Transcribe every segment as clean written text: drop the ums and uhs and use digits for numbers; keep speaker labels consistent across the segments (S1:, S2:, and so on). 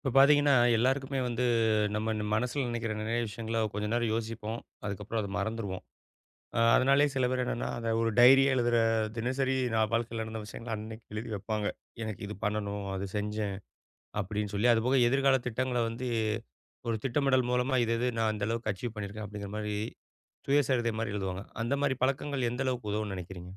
S1: இப்போ பார்த்தீங்கன்னா, எல்லாருக்குமே வந்து நம்ம மனசுல நினைக்கிற நிறைய விஷயங்கள கொஞ்ச நேரம் யோசிப்போம். அதுக்கப்புறம் அத மறந்துருவோம். அதனாலேயே சில பேர் என்னன்னா, அத ஒரு டைரியா எழுதுற தினசரி நான் வாழ்க்கையில நடந்த விஷயங்கள அன்னைக்கு எழுதி வைப்பாங்க. எனக்கு இது பண்ணணும், அது செஞ்சேன் அப்படின்னு சொல்லி. அதுபோக எதிர்கால திட்டங்கள வந்து ஒரு திட்டமிடல் மூலமா இது இது நான் இந்த அளவுக்கு அச்சீவ் பண்ணியிருக்கேன் அப்படிங்கிற மாரி சுயசரிதை மாரி எழுதுவாங்க. அந்த மாரி பழக்கங்கள் எந்த அளவுக்கு உதவும்னு நினைக்கிறீங்க?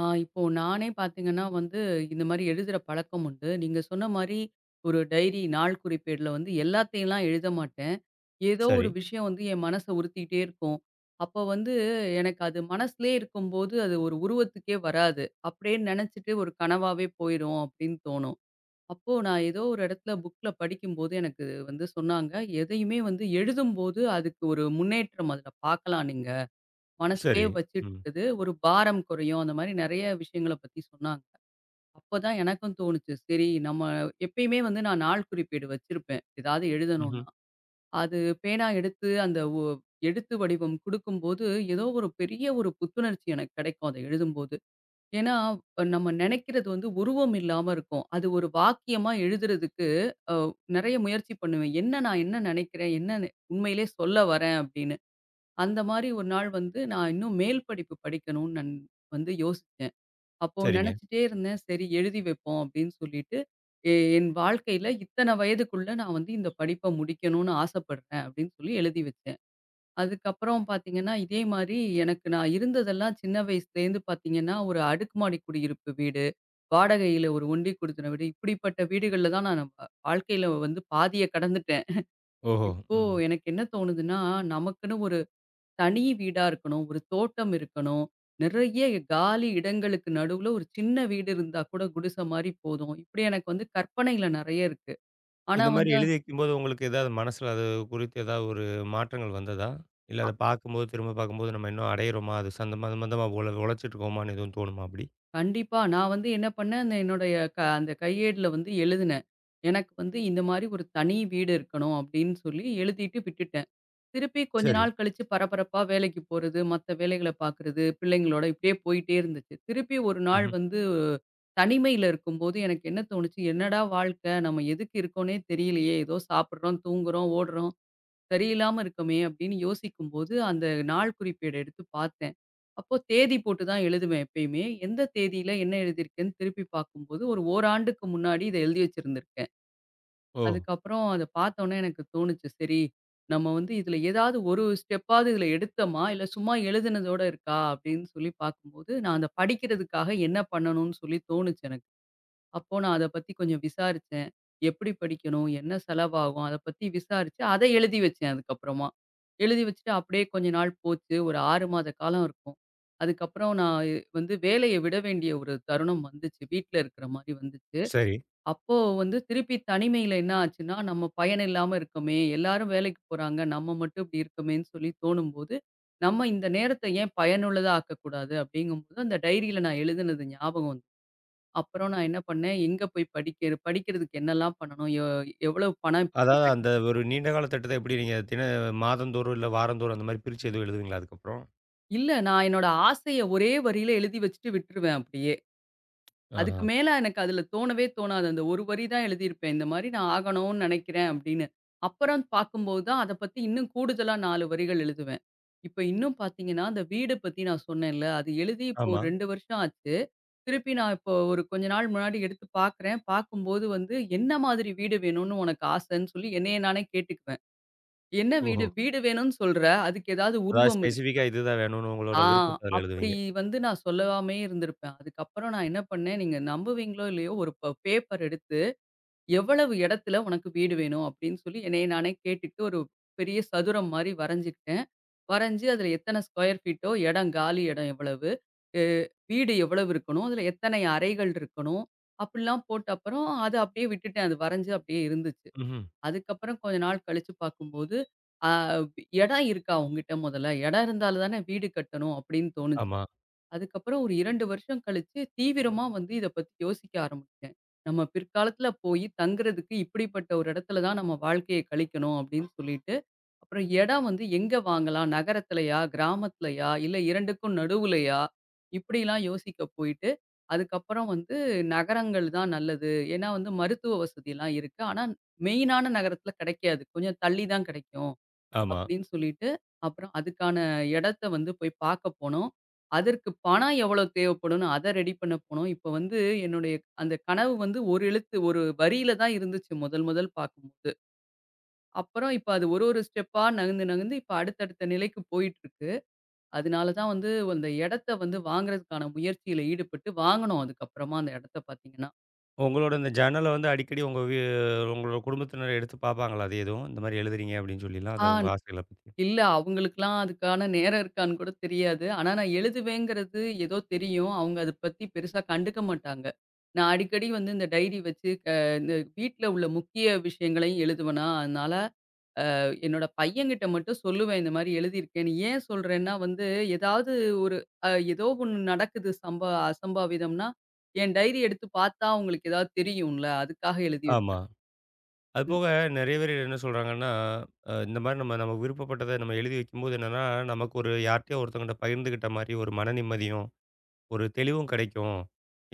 S2: ஆ, இப்போ நானே பார்த்தீங்கன்னா வந்து, இந்த மாரி எழுதுற பழக்கம் உண்டு. நீங்க சொன்ன மாரி ஒரு டைரி நாள் குறிப்பேடுல வந்து எல்லாத்தையும்லாம் எழுத மாட்டேன். ஏதோ
S1: சரி,
S2: ஒரு விஷயம் வந்து என் மனச உறுத்திக்கிட்டே இருக்கும். அப்போ வந்து எனக்கு அது மனசுலயே இருக்கும்போது, அது ஒரு உருவத்துக்கே வராது. அப்படியே நெனச்சுட்டு ஒரு கனவாவே போயிரும் அப்படின்னு தோணும். அப்போ நான் ஏதோ ஒரு இடத்துல புக்ல படிக்கும்போது எனக்கு வந்து சொன்னாங்க, எதையுமே வந்து எழுதும்போது அதுக்கு ஒரு முன்னேற்றம் அதுல பார்க்கலாம் நீங்க. மனசுலயே
S1: சரி.
S2: வச்சுட்டு
S1: ம்.
S2: இருக்குது. ஒரு பாரம் குறையும். அந்த மாரி நெறைய விஷயங்கள பத்தி சொன்னாங்க. அப்பதான் எனக்கும் தோணுச்சு. சரி நம்ம எப்பயுமே வந்து நான் நாள் குறிப்பேடு வச்சிருப்பேன். ஏதாவது
S1: ம்ஹ்ம்.
S2: எழுதணும்னா. அது பேனா எடுத்து அந்த எழுத்து வடிவம் குடுக்கும்போது, ஏதோ ஒரு பெரிய ஒரு புத்துணர்ச்சி எனக்கு கிடைக்கும். அத எழுதும்போது. ஏன்னா, நம்ம நெனைக்கிறது வந்து உருவம் இல்லாம இருக்கும். அது ஒரு வாக்கியமா எழுதுறதுக்கு, அ நெறைய முயற்சி பண்ணுவேன். என்ன நெனைக்கிறேன்? உண்மையிலே சொல்ல வரேன்? அப்படின்னு. அந்த மாரி ஒரு நாள் வந்து நான் இன்னும் மேல் படிப்பு படிக்கணும்னு நான் வந்து யோசிச்சேன். அப்போ
S1: சரிங்க.
S2: நினைச்சுட்டே இருந்தேன். சரி எழுதி வைப்போம் அப்படின்னு சொல்லிட்டு, எ என் வாழ்க்கையில இத்தன வயதுக்குள்ள நான் வந்து இந்த படிப்ப முடிக்கணும்னு ஆசைப்படுறேன் அப்படின்னு சொல்லி எழுதி வச்சேன். அதுக்கப்புறம் பார்த்தீங்கன்னா, இதே மாரி எனக்கு நான் இருந்ததெல்லாம் சின்ன வயசுலேருந்து பார்த்தீங்கன்னா, ஒரு அடுக்குமாடி குடியிருப்பு வீடு, வாடகையில ஒரு ஒண்டி குடித்தன வீடு, இப்படிப்பட்ட வீடுகள்ல தான் நான் வாழ்க்கையில வந்து பாதிய கடந்துட்டேன்.
S1: ஓஹோ!
S2: இப்போ
S1: ம்.
S2: எனக்கு என்ன தோணுதுன்னா, நமக்குன்னு ஒரு தனி வீடா இருக்கணும். ஒரு தோட்டம் இருக்கணும். நிறைய காலி இடங்களுக்கு நடுவுல ஒரு சின்ன வீடு இருந்தா கூட குடிசை மாரி போதும். இப்படி எனக்கு வந்து கற்பனையில நெறைய இருக்கு. ஆனா
S1: இந்த மாரி
S2: வந்து
S1: எழுதி வைக்கும்போது உங்களுக்கு ஏதாவது மனசுல அது குறித்து ஏதாவது ஒரு மாற்றங்கள் வந்ததா? இல்ல
S2: அ
S1: அத பார்க்கும்போது, திரும்ப பார்க்கும்போது நம்ம இன்னும் அடையிறோமா? அது சம்மந்தமா சம்மந்தமா உழைச்சிட்டு இருக்கோமான்னு எதுவும் தோணுமா அப்படி?
S2: கண்டிப்பா. நான் வந்து என்ன பண்ணேன், அந்த என்னுடைய அந்த கையேடுல வந்து எழுதினேன். எனக்கு வந்து இந்த மாரி ஒரு தனி வீடு இருக்கணும் அப்படின்னு சொல்லி எழுதிட்டு விட்டுட்டேன். திருப்பி கொஞ்ச
S1: சரி.
S2: நாள் கழிச்சு பரபரப்பா வேலைக்கு போறது, மத்த வேலைகள பார்க்குறது, பிள்ளைங்களோட இப்படியே போயிட்டே இருந்துச்சு. திருப்பி ஒரு நாள்
S1: ம்ஹ்ம்.
S2: வந்து தனிமையில இருக்கும்போது எனக்கு என்ன தோணுச்சு, "என்னடா வாழ்க்கை! நம்ம எதுக்கு இருக்கோன்னே தெரியலையே! ஏதோ சாப்பிடுறோம், தூங்குறோம், ஓடுறோம். சரியில்லாம இருக்கோமே!" அப்படின்னு யோசிக்கும்போது, அந்த நாள் குறிப்பேட எடுத்து பார்த்தேன். அப்போ தேதி போட்டு தான் எழுதுவேன் எப்பயுமே. எந்த தேதியில என்ன எழுதியிருக்கேன்னு திருப்பி பார்க்கும்போது, ஒரு ஓராண்டுக்கு முன்னாடி இத எழுதி வச்சிருந்திருக்கேன்.
S1: ஓ!
S2: அதுக்கப்புறம் அத பார்த்தோனே எனக்கு தோணுச்சு, சரி நம்ம வந்து இதில ஏதாவது ஒரு ஸ்டெப்பாவது இதில எடுத்தோமா? இல்ல சும்மா எழுதினதோட இருக்கா? அப்படின்னு சொல்லி பார்க்கும்போது, நான் அத படிக்கிறதுக்காக என்ன பண்ணணும்னு சொல்லி தோணுச்சு எனக்கு. அப்போ நான் அத பத்தி கொஞ்சம் விசாரிச்சேன். எப்படி படிக்கணும்? என்ன செலவாகும்? அத பத்தி விசாரிச்சு அத எழுதி வச்சேன் அதுக்கப்புறமா. எழுதி வச்சுட்டு அப்படியே கொஞ்ச நாள் போச்சு. ஒரு 6 மாத காலம் இருக்கும். அதுக்கப்புறம் நான் வந்து வேலைய விட வேண்டிய ஒரு தருணம் வந்துச்சு. வீட்ல இருக்கிற மாரி வந்துச்சு.
S1: சரி.
S2: அப்போ வந்து திருப்பி தனிமையில என்ன ஆச்சுன்னா, நம்ம பயன் இல்லாம இருக்கோமே! எல்லாரும் வேலைக்கு போறாங்க. நம்ம மட்டும் இப்படி இருக்கோமேன்னு சொல்லி தோணும்போது, நம்ம இந்த நேரத்த ஏன் பயனுள்ளதா ஆக்கக்கூடாது? அப்படிங்கும்போது அந்த டைரியில நான் எழுதுனது ஞாபகம் வந்து. அப்புறம் நான் என்ன பண்ணேன், எங்க போய் படிக்க படிக்கிறதுக்கு என்னலாம் பண்ணணும்? எவ்வளவு பணம் இப்படி
S1: அதாவது
S2: கட்டி
S1: அந்த ஒரு நீண்ட கால திட்டத்த எப்படி நீங்க மாதந்தோறும் இல்ல வாரந்தோறும் அந்த மாரி பிரிச்சு எதுவும் எழுதுவீங்களா அதுக்கப்புறம்?
S2: இல்ல நான் என்னோட ஆசைய ஒரே வரியில எழுதி வச்சுட்டு விட்டுருவேன் அப்படியே.
S1: ஆஹா.
S2: அதுக்கு மேல எனக்கு அதுல தோணவே தோணாது. அந்த ஒரு வரி தான் எழுதியிருப்பேன். இந்த மாரி நான் ஆகணும்னு நெனைக்கிறேன் அப்படின்னு. அப்புறம் பார்க்கும்போது தான் அத பத்தி இன்னும் கூடுதலா 4 வரிகள் எழுதுவேன். இப்ப இன்னும் பார்த்தீங்கன்னா, அந்த வீடு பத்தி நான் சொன்னேன்ல, அது எழுதி இப்போ
S1: ஆமா.
S2: ஒரு 2 வருஷம் ஆச்சு. திருப்பி நான் இப்போ ஒரு கொஞ்ச நாள் முன்னாடி எடுத்து பார்க்குறேன். பார்க்கும்போது வந்து என்ன மாதிரி வீடு வேணும்னு உனக்கு ஆசைன்னு சொல்லி என்னைய நானே கேட்டுக்குவேன். என்ன
S1: ஓஹோ!
S2: வீடு வீடு வேணும்னு சொல்ற, அதுக்கு ஏதாவது
S1: அதாவது
S2: உருவம்
S1: ஸ்பெசிஃபிக்கா இதுதான் வேணும்னு உங்களோட
S2: ஆ
S1: விருப்பத்த அதுல
S2: அப்படி
S1: எழுதுவீங்க.
S2: வந்து நான் சொல்லாமயே இருந்திருப்பேன். அதுக்கப்புறம் நான் என்ன பண்ணேன், நீங்க நம்புவீங்களோ இல்லையோ ஒரு பேப்பர் எடுத்து, எவ்வளவு இடத்துல உனக்கு வீடு வேணும் அப்படின்னு சொல்லி என்னைய நானே கேட்டுக்கிட்டு ஒரு பெரிய சதுரம் மாரி வரைஞ்சுக்கிட்டேன். வரைஞ்சு அதில எத்தன ஸ்கொயர் ஃபீட்டோ இடம் காலி இடம் எவ்வளவு, எ வீடு எவ்வளவு இருக்கணும், அதில எத்தனை அறைகள் இருக்கணும், அப்படிலாம் போட்ட அப்புறம் அத அப்படியே விட்டுட்டேன். அது வரைஞ்சு அப்படியே இருந்துச்சு.
S1: ம்ஹ்ம்.
S2: அதுக்கப்புறம் கொஞ்ச நாள் கழிச்சு பார்க்கும்போது, ஆ இடம் இருக்கா உன்கிட்ட முதல்ல? இடம் இருந்தால தானே வீடு கட்டணும் அப்படின்னு தோணுச்சு.
S1: ஆமா,
S2: அதுக்கப்புறம் ஒரு 2 வருஷம் கழிச்சு, தீவிரமா வந்து இத பத்தி யோசிக்க ஆரம்பிச்சேன். நம்ம பிற்காலத்துல போயி தங்குறதுக்கு இப்படிப்பட்ட ஒரு இடத்துல தான் நம்ம வாழ்க்கைய கழிக்கணும் அப்படின்னு சொல்லிட்டு, அப்புறம் இடம் வந்து எங்க வாங்கலாம்? நகரத்திலயா? கிராமத்திலயா? இல்ல 2க்கும் நடுவுலயா? இப்படிலாம் யோசிக்க போயிட்டு, அதுக்கப்புறம் வந்து நகரங்கள் தான் நல்லது. ஏன்னா வந்து மருத்துவ வசதிலாம் இருக்கு. ஆனா மெயினான நகரத்துல கிடைக்காது. கொஞ்சம் தள்ளி தான் கிடைக்கும்.
S1: ஆமா.
S2: அப்படின்னு சொல்லிட்டு, அப்புறம் அதுக்கான இடத்த வந்து போய் பார்க்க போனோம். அதற்கு பணம் எவ்வளோ தேவைப்படும்னு அத ரெடி பண்ண போனோம். இப்ப வந்து என்னுடைய அந்த கனவு வந்து ஒரு எழுத்து, ஒரு வரியில தான் இருந்துச்சு முதல் முதல் பார்க்கும்போது. அப்புறம் இப்ப அது ஒரு ஒரு ஸ்டெப்பா நகர்ந்து நகர்ந்து இப்ப அடுத்தடுத்த நிலைக்கு போயிட்டுருக்கு. அதனால தான் வந்து அந்த இடத்த வந்து வாங்குறதுக்கான முயற்சியில ஈடுபட்டு வாங்குனோம் அதுக்கப்புறமா அந்த இடத்த பார்த்தீங்கன்னா.
S1: உங்களோட இந்த ஜர்னல வந்து அடிக்கடி உங்க உங்களோட குடும்பத்தினர் எடுத்து பார்ப்பாங்களா? அது எதுவும், இந்த மாரி எழுதுறீங்க அப்படின்னு சொல்லிலாம்.
S2: ஆ
S1: அது உங்க ஆசைகள பத்தி.
S2: இல்ல. அவங்களுக்கெல்லாம் அதுக்கான நேரம் இருக்கான்னு கூட தெரியாது. ஆனா நான் எழுதுவேங்கிறது ஏதோ தெரியும். அவங்க அத பத்தி பெருசா கண்டுக்க மாட்டாங்க. நான் அடிக்கடி வந்து இந்த டைரி வச்சு இந்த வீட்ல உள்ள முக்கிய விஷயங்களையும் எழுதுவேனா, அதனால என்னோட பையன்கிட்ட மட்டும் சொல்லுவேன் இந்த மாரி எழுதியிருக்கேன்னு. ஏன் சொல்றேன்னா வந்து ஏதாவது ஒரு ஏதோ ஒண்ணு நடக்குது அசம்பாவிதம்னா, என் டைரி எடுத்து பார்த்தா அவங்களுக்கு ஏதாவது தெரியும்ல. அதுக்காக எழுதி
S1: ஆமா.
S2: வைப்பேன்.
S1: அதுபோக நெறைய பேர் என்ன சொல்றாங்கன்னா, இந்த மாரி நம்ம நமக்கு விருப்பப்பட்டத நம்ம எழுதி வைக்கும்போது என்னன்னா, நமக்கு ஒரு யார்ட்டயோ ஒருத்தவங்கட்ட பகிர்ந்துக்கிட்ட மாரி ஒரு மன நிம்மதியும், ஒரு தெளிவும் கெடைக்கும்.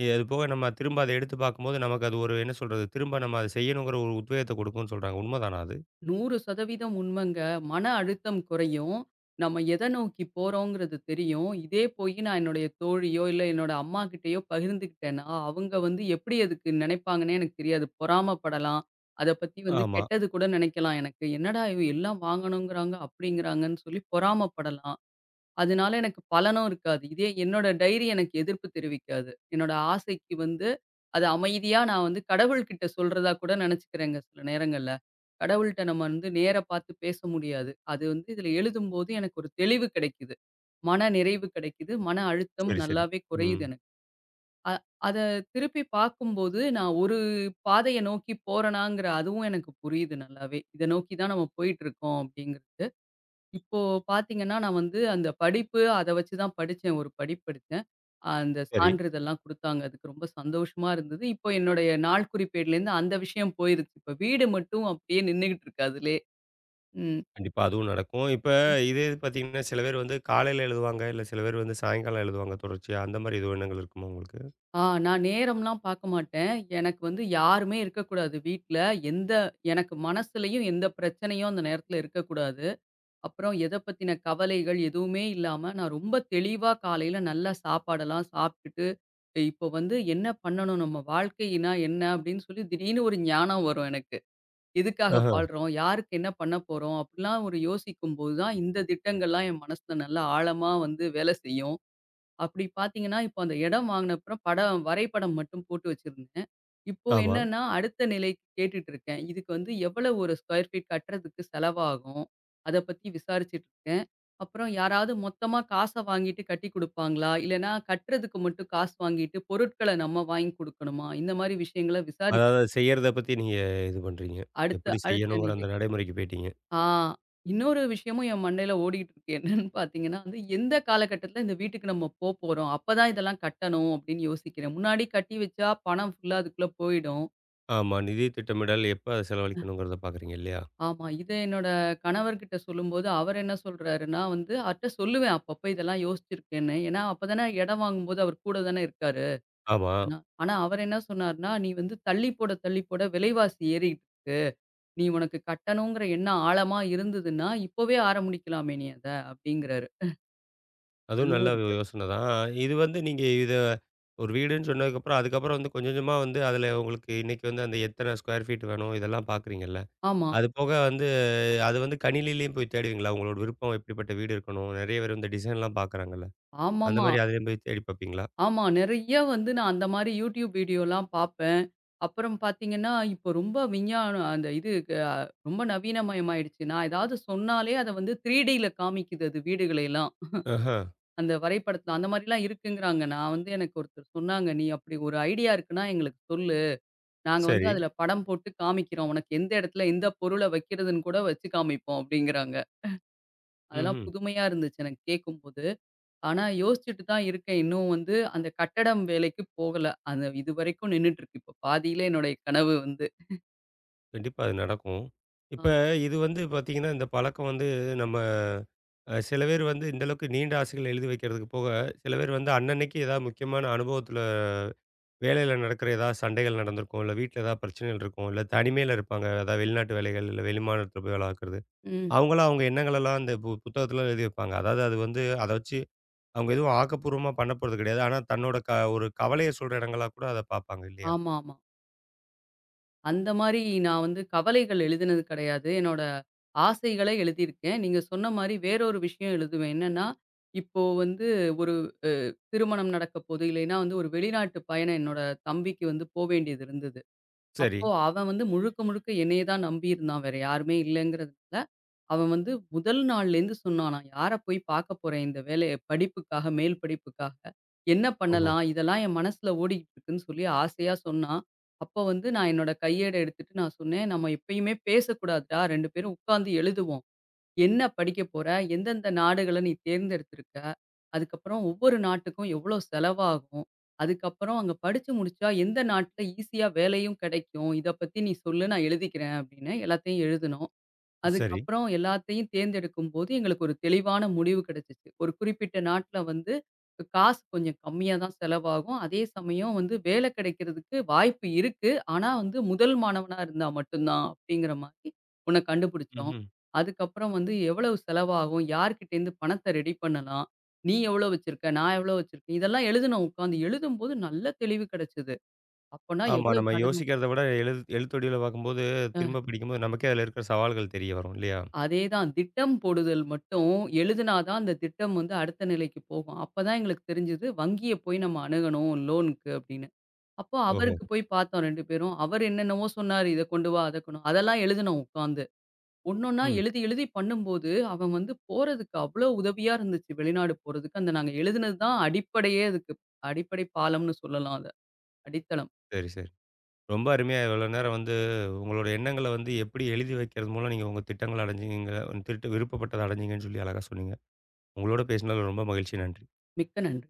S1: அது போக நம்ம திரும்ப அத எடுத்து பார்க்கும்போது, நமக்கு அது ஒரு என்ன சொல்றது? திரும்ப நம்ம அத செய்யணுங்கிற ஒரு உத்வேகத்த குடுக்கும்னு சொல்றாங்க. உண்மதானா அது?
S2: 100% உண்மைங்க. மன அழுத்தம் குறையும். நம்ம எத நோக்கி போறோங்கிறது தெரியும். இதே போயி நான் என்னுடைய தோழியோ, இல்ல என்னோட அம்மாகிட்டயோ பகிர்ந்துக்கிட்டேன்னா, அவங்க வந்து எப்படி அதுக்கு நினைப்பாங்கன்னே எனக்கு தெரியாது. பொறாமப்படலாம். அத பத்தி வந்து
S1: ஆமா.
S2: கெட்டது கூட நினைக்கலாம் எனக்கு. "என்னடா இவ எல்லாம் வாங்கணுங்கிறாங்க, அப்படிங்கிறாங்கன்னு" சொல்லி பொறாமப்படலாம். அதனால எனக்கு பலனும் இருக்காது. இதே என்னோட டைரி எனக்கு எதிர்ப்பு தெரிவிக்காது. என்னோட ஆசைக்கு வந்து அத அமைதியா நான் வந்து கடவுள்கிட்ட சொல்றதா கூட நினைச்சுக்கிறேங்க சில நேரங்கள்ல. கடவுள்ட்ட நம்ம வந்து நேரா பார்த்து பேச முடியாது. அது வந்து இதில எழுதும்போது எனக்கு ஒரு தெளிவு கிடைக்குது. மன நிறைவு கிடைக்குது. மன அழுத்தம்
S1: சரி, சரி.
S2: நல்லாவே
S1: ம்.
S2: குறையுது எனக்கு. அ அத திருப்பி பார்க்கும்போது, நான் ஒரு பாதைய நோக்கி போறேனாங்கிற அதுவும் எனக்கு புரியுது நல்லாவே. இத நோக்கி தான் நம்ம போயிட்டுருக்கோம் அப்படிங்கிறது. இப்போ பார்த்தீங்கன்னா, நான் வந்து அந்த படிப்பு அத வச்சு தான் படிச்சேன். ஒரு படிப்பு படிச்சேன். அந்த
S1: சரி.
S2: சான்றிதழ்லாம் குடுத்தாங்க. அதுக்கு ரொம்ப சந்தோஷமா இருந்தது. இப்போ என்னுடைய நாள் குறிப்பேடுலேருந்து அந்த விஷயம் போயிருச்சு. இப்ப வீடு மட்டும் அப்படியே நின்னுகிட்டு இருக்கு அதுலே. ம்.
S1: கண்டிப்பா. அதுவும் நடக்கும். இப்ப இதே இது பார்த்தீங்கன்னா, சில பேர் வந்து காலையில எழுதுவாங்க. இல்ல சில பேர் வந்து சாயங்காலம் எழுதுவாங்க தொடர்ச்சியா. அந்த மாரி எதுவும் எண்ணங்கள் இருக்குமா உங்களுக்கு?
S2: ஆ நான் நேரம்லாம் பார்க்க மாட்டேன். எனக்கு வந்து யாருமே இருக்கக்கூடாது வீட்ல. எந்த எனக்கு மனசுலயும் எந்த பிரச்சனையும் அந்த நேரத்துல இருக்கக்கூடாது. அப்புறம் எத பத்தின கவலைகள் எதுவுமே இல்லாம, நான் ரொம்ப தெளிவா காலையில நல்லா சாப்பாடெல்லாம் சாப்ட்டுட்டு, இப்போ வந்து என்ன பண்ணணும்? நம்ம வாழ்க்கைனா என்ன? அப்படின்னு சொல்லி திடீர்னு ஒரு ஞானம் வரும் எனக்கு. எதுக்காக
S1: ஆஹ.
S2: வாழ்றோம்? யாருக்கு என்ன பண்ண போறோம்? அப்படிலாம் ஒரு யோசிக்கும்போது தான் இந்த திட்டங்கள்லாம் என் மனசுல நல்லா ஆழமா வந்து வேலை செய்யும். அப்படி பார்த்தீங்கன்னா, இப்போ அந்த இடம் வாங்குன அப்புறம் படம் வரைபடம் மட்டும் போட்டு வச்சிருந்தேன். இப்போ
S1: ஆமா.
S2: என்னன்னா, அடுத்த நிலைக்கு கேட்டுட்டு இருக்கேன். இதுக்கு வந்து எவ்வளவு ஒரு ஸ்கொயர் ஃபீட் கட்டுறதுக்கு செலவாகும்? அத பத்தி விசாரிச்சுட்டு இருக்கேன். அப்புறம் யாராவது மொத்தமா காச வாங்கிட்டு கட்டிக் குடுப்பாங்களா? இல்லன்னா கட்டுறதுக்கு மட்டும் காசு வாங்கிட்டு பொருட்கள நம்ம வாங்கி குடுக்கணுமா? இந்த மாரி விஷயங்கள விசாரிச்சு
S1: அதாவது செய்யறத பத்தி நீங்க இது பண்றீங்க.
S2: அடுத்த
S1: எப்படி
S2: அடுத்த
S1: செய்யணுங்கிற அந்த
S2: நிலை.
S1: நடைமுறைக்கு போயிட்டீங்க.
S2: ஆ. இன்னொரு விஷயமும் என் மண்டையில ஓடிக்கிட்டு இருக்கு. என்னன்னு பார்த்தீங்கன்னா வந்து, எந்த காலகட்டத்தில இந்த வீட்டுக்கு நம்ம போப்போறோம்? அப்பதான் இதெல்லாம் கட்டணும் அப்படின்னு யோசிக்கிறேன். முன்னாடி கட்டி வச்சா பணம் ஃபுல்லா அதுக்குள்ள போயிடும்.
S1: ஆமா. நிதி திட்டமிடல் எப்ப அத செலவழிக்கணுங்கிறத பார்க்குறீங்க இல்லையா?
S2: ஆமா. இத என்னோட கணவர்கிட்ட சொல்லும்போது, அவர் என்ன சொல்றாருன்னா வந்து, அவர்ட்ட சொல்லுவேன் அப்பப்ப இதெல்லாம் யோசிச்சிருக்கேன்னு. ஏன்னா, அப்பதானே இடம் வாங்கும்போது அவர் கூட தானே இருக்காரு.
S1: ஆமா.
S2: ஆனா ஆனா அவர் என்ன சொன்னாருன்னா, "நீ வந்து தள்ளி போட, தள்ளி போட விலைவாசி ஏறிக்கிட்டு இருக்கு. நீ உனக்கு கட்டணுங்கிற எண்ணம் ஆழமா இருந்ததுன்னா, இப்பவே ஆரம்பிக்கலாமே நீ அத" அப்படிங்கிறாரு.
S1: அதுவும்
S2: அதுவும்
S1: நல்ல
S2: இருக்கு.
S1: யோசனை தான். இது வந்து நீங்க இத ஒரு வீடுன்னு சொன்னதுக்கப்புறம், அதுக்கப்புறம் வந்து கொஞ்சம் கொஞ்சமா வந்து அதுல உங்களுக்கு இன்னைக்கு வந்து அந்த எத்தனை ஸ்கொயர் ஃபீட் வேணும் இதெல்லாம் பார்க்குறீங்கல்ல.
S2: ஆமா.
S1: அது போக வந்து அது வந்து கணினியிலேயும் போய் தேடுவீங்களா? உங்களோட விருப்பம் எப்படிப்பட்ட வீடு இருக்கணும்? நெறைய பேர் இந்த டிசைன்லாம் பார்க்குறாங்கல்ல. அந்த
S2: ஆமாமா.
S1: மாரி அதிலேயும் போய் தேடி பார்ப்பீங்களா?
S2: ஆமா. நெறைய வந்து நான் அந்த மாரி YouTube வீடியோலாம் பார்ப்பேன். அப்புறம் பார்த்தீங்கன்னா, இப்போ ரொம்ப விஞ்ஞானம் அந்த இது அ ரொம்ப நவீனமயமாயிடுச்சு. நான் ஏதாவது சொன்னாலே அத வந்து 3Dல காமிக்குது அது வீடுகளையெல்லாம்.
S1: ஆஹா.
S2: அந்த வரைபடத்தில அந்த மாரிலாம் இருக்குங்கிறாங்க. நான் வந்து எனக்கு ஒருத்தர் சொன்னாங்க, "நீ அப்படி ஒரு ஐடியா இருக்குன்னா எங்களுக்கு சொல்லு. நாங்க வந்து
S1: சரி.
S2: அதில படம் போட்டு காமிக்கிறோம். உனக்கு எந்த இடத்துல எந்த பொருள வைக்கிறதுன்னு கூட வச்சு காமிப்போம்." அப்படிங்கிறாங்க. அதெல்லாம்
S1: ம்ஹ்ம்.
S2: புதுமையா இருந்துச்சு எனக்கு கேட்கும்போது. ஆனா, யோசிச்சுட்டு தான் இருக்கேன். இன்னும் வந்து அந்த கட்டடம் வேலைக்கு போகல. அது இதுவரைக்கும் நின்னுட்டுருக்கு. இப்போ பாதியில என்னுடைய கனவு வந்து.
S1: கண்டிப்பா அது நடக்கும்.
S2: ஆ.
S1: இப்ப இது வந்து பார்த்தீங்கன்னா, இந்த பழக்கம் வந்து நம்ம சில பேர் வந்து இந்த அளவுக்கு நீண்ட ஆசைகள் எழுதி வைக்கிறதுக்கு போக, சில பேர் வந்து அன்னன்னைக்கு ஏதாவது முக்கியமான அனுபவத்தில வேலையில நடக்கிற ஏதாவது சண்டைகள் நடந்திருக்கும், இல்ல வீட்ல ஏதாவது பிரச்சனைகள் இருக்கும், இல்ல தனிமையில இருப்பாங்க. ஏதாவது வெளிநாட்டு வேலைகள், இல்ல வெளிமாநிலத்தில போய் வேலை பார்க்குறது.
S2: ம்.
S1: அவங்களாம் அவங்க எண்ணங்களெல்லாம் அந்த புத்தகத்தில எழுதி வைப்பாங்க. அதாவது அது வந்து அத வச்சு அவங்க எதுவும் ஆக்கப்பூர்வமா பண்ண போறது கிடையாது. ஆனா தன்னோட ஒரு கவலைய சொல்ற இடங்களா கூட அத பார்ப்பாங்க இல்லையா?
S2: ஆமாமா. அந்த மாரி நான் வந்து கவலைகள் எழுதினது கிடையாது. என்னோட ஆசைகள எழுதியிருக்கேன். நீங்க சொன்ன மாரி வேறொரு விஷயம் எழுதுவேன். என்னன்னா, இப்போ வந்து ஒரு திருமணம் நடக்க போது, இல்லைன்னா வந்து ஒரு வெளிநாட்டு பயணம் என்னோட தம்பிக்கு வந்து போ வேண்டியது இருந்தது.
S1: சரி.
S2: அப்போ அவன் வந்து முழுக்க முழுக்க என்னைய தான் நம்பியிருந்தான். வேற யாருமே இல்லங்கிறதுனால அவன் வந்து முதல் நாள்லேருந்து சொன்னான், "நான் யார போய் பார்க்க போறேன் இந்த வேலைய படிப்புக்காக, மேல் படிப்புக்காக. என்ன
S1: ஓஹோ!
S2: பண்ணலாம்? இதெல்லாம் என் மனசுல ஓடிக்கிட்டு இருக்குன்னு" சொல்லி ஆசையா சொன்னான். அப்ப வந்து நான் என்னோட கையேட எடுத்துட்டு நான் சொன்னேன், "நம்ம எப்பயுமே பேசக்கூடாதுடா. 2 பேரும் உட்கார்ந்து எழுதுவோம். என்ன படிக்க போற? எந்தெந்த நாடுகள நீ தேர்ந்தெடுத்திருக்க? அதுக்கப்புறம் ஒவ்வொரு நாட்டுக்கும் எவ்வளோ செலவாகும்? அதுக்கப்புறம் அங்க படிச்சு முடிச்சா எந்த நாட்ல ஈஸியா வேலையும் கிடைக்கும்? இத பத்தி நீ சொல்லு நான் எழுதிக்கிறேன்" அப்படின்னு எல்லாத்தையும் எழுதுனோம்.
S1: சரி.
S2: அதுக்கப்புறம் எல்லாத்தையும் தேர்ந்தெடுக்கும்போது, எங்களுக்கு ஒரு தெளிவான முடிவு கிடைச்சுச்சு. ஒரு குறிப்பிட்ட நாட்ல வந்து காசு கொஞ்சம் கம்மியா தான் செலவாகும். அதே சமயம் வந்து வேலை கிடைக்கிறதுக்கு வாய்ப்பு இருக்கு. ஆனா வந்து முதல் மாணவனா இருந்தா மட்டும் தான் அப்படிங்கிற மாரி ஒண்ண கண்டுபிடிச்சோம்.
S1: ம்ஹ்ம்.
S2: அதுக்கப்புறம் வந்து எவ்வளவு செலவாகும்? யார்கிட்டேருந்து பணத்தை ரெடி பண்ணலாம்? நீ எவ்வளோ வச்சிருக்க? நான் எவ்வளோ வச்சிருக்கேன்? இதெல்லாம் எழுதுனோம் உட்காந்து. எழுதும்போது நல்ல தெளிவு கிடைச்சது. அப்பன்னா
S1: ஆமா.
S2: எவ்வளவு
S1: நம்ம
S2: கடன்
S1: யோசிக்கிறத விட எழுத்தடியில பார்க்கும்போது, திரும்ப படிக்கும்போது நமக்கே அதில இருக்கிற சவால்கள் தெரிய வரும் இல்லையா?
S2: அதேதான். திட்டம் போடுதல் மட்டும் எழுதுனா தான் அந்த திட்டம் வந்து அடுத்த நிலைக்கு போகும். அப்பதான் எங்களுக்கு தெரிஞ்சது, வங்கிய போய் நம்ம அணுகணும் லோனுக்கு அப்படின்னு. அப்போ
S1: ஓஹோ!
S2: அவருக்கு போய் பார்த்தோம் 2 பேரும். அவர் என்னென்னவோ சொன்னாரு. இத கொண்டு வா, அத கொண்டு வா. அதெல்லாம் எழுதுனோம் உட்காந்து. ஒன்னொன்னா
S1: ம்.
S2: எழுதி எழுதி பண்ணும்போது, அவன் வந்து போறதுக்கு அவ்ளோ உதவியா இருந்துச்சு வெளிநாடு போறதுக்கு. அந்த நாங்க எழுதுனது தான் அடிப்படையே அதுக்கு. அடிப்படை பாலம்னு சொல்லலாம் அத. அடித்தளம்.
S1: சரி, சரி. ரொம்ப அருமையா இவ்வளோ நேரம் வந்து உங்களோட எண்ணங்கள வந்து எப்படி எழுதி வைக்கிறது மூலம் நீங்க உங்க திட்டங்கள அடைஞ்சீங்க திட்ட விருப்பப்பட்டத அடைஞ்சீங்கன்னு சொல்லி அழகா சொன்னீங்க. உங்களோட பேசினதுல ரொம்ப மகிழ்ச்சி. நன்றி.
S2: மிக்க நன்றி.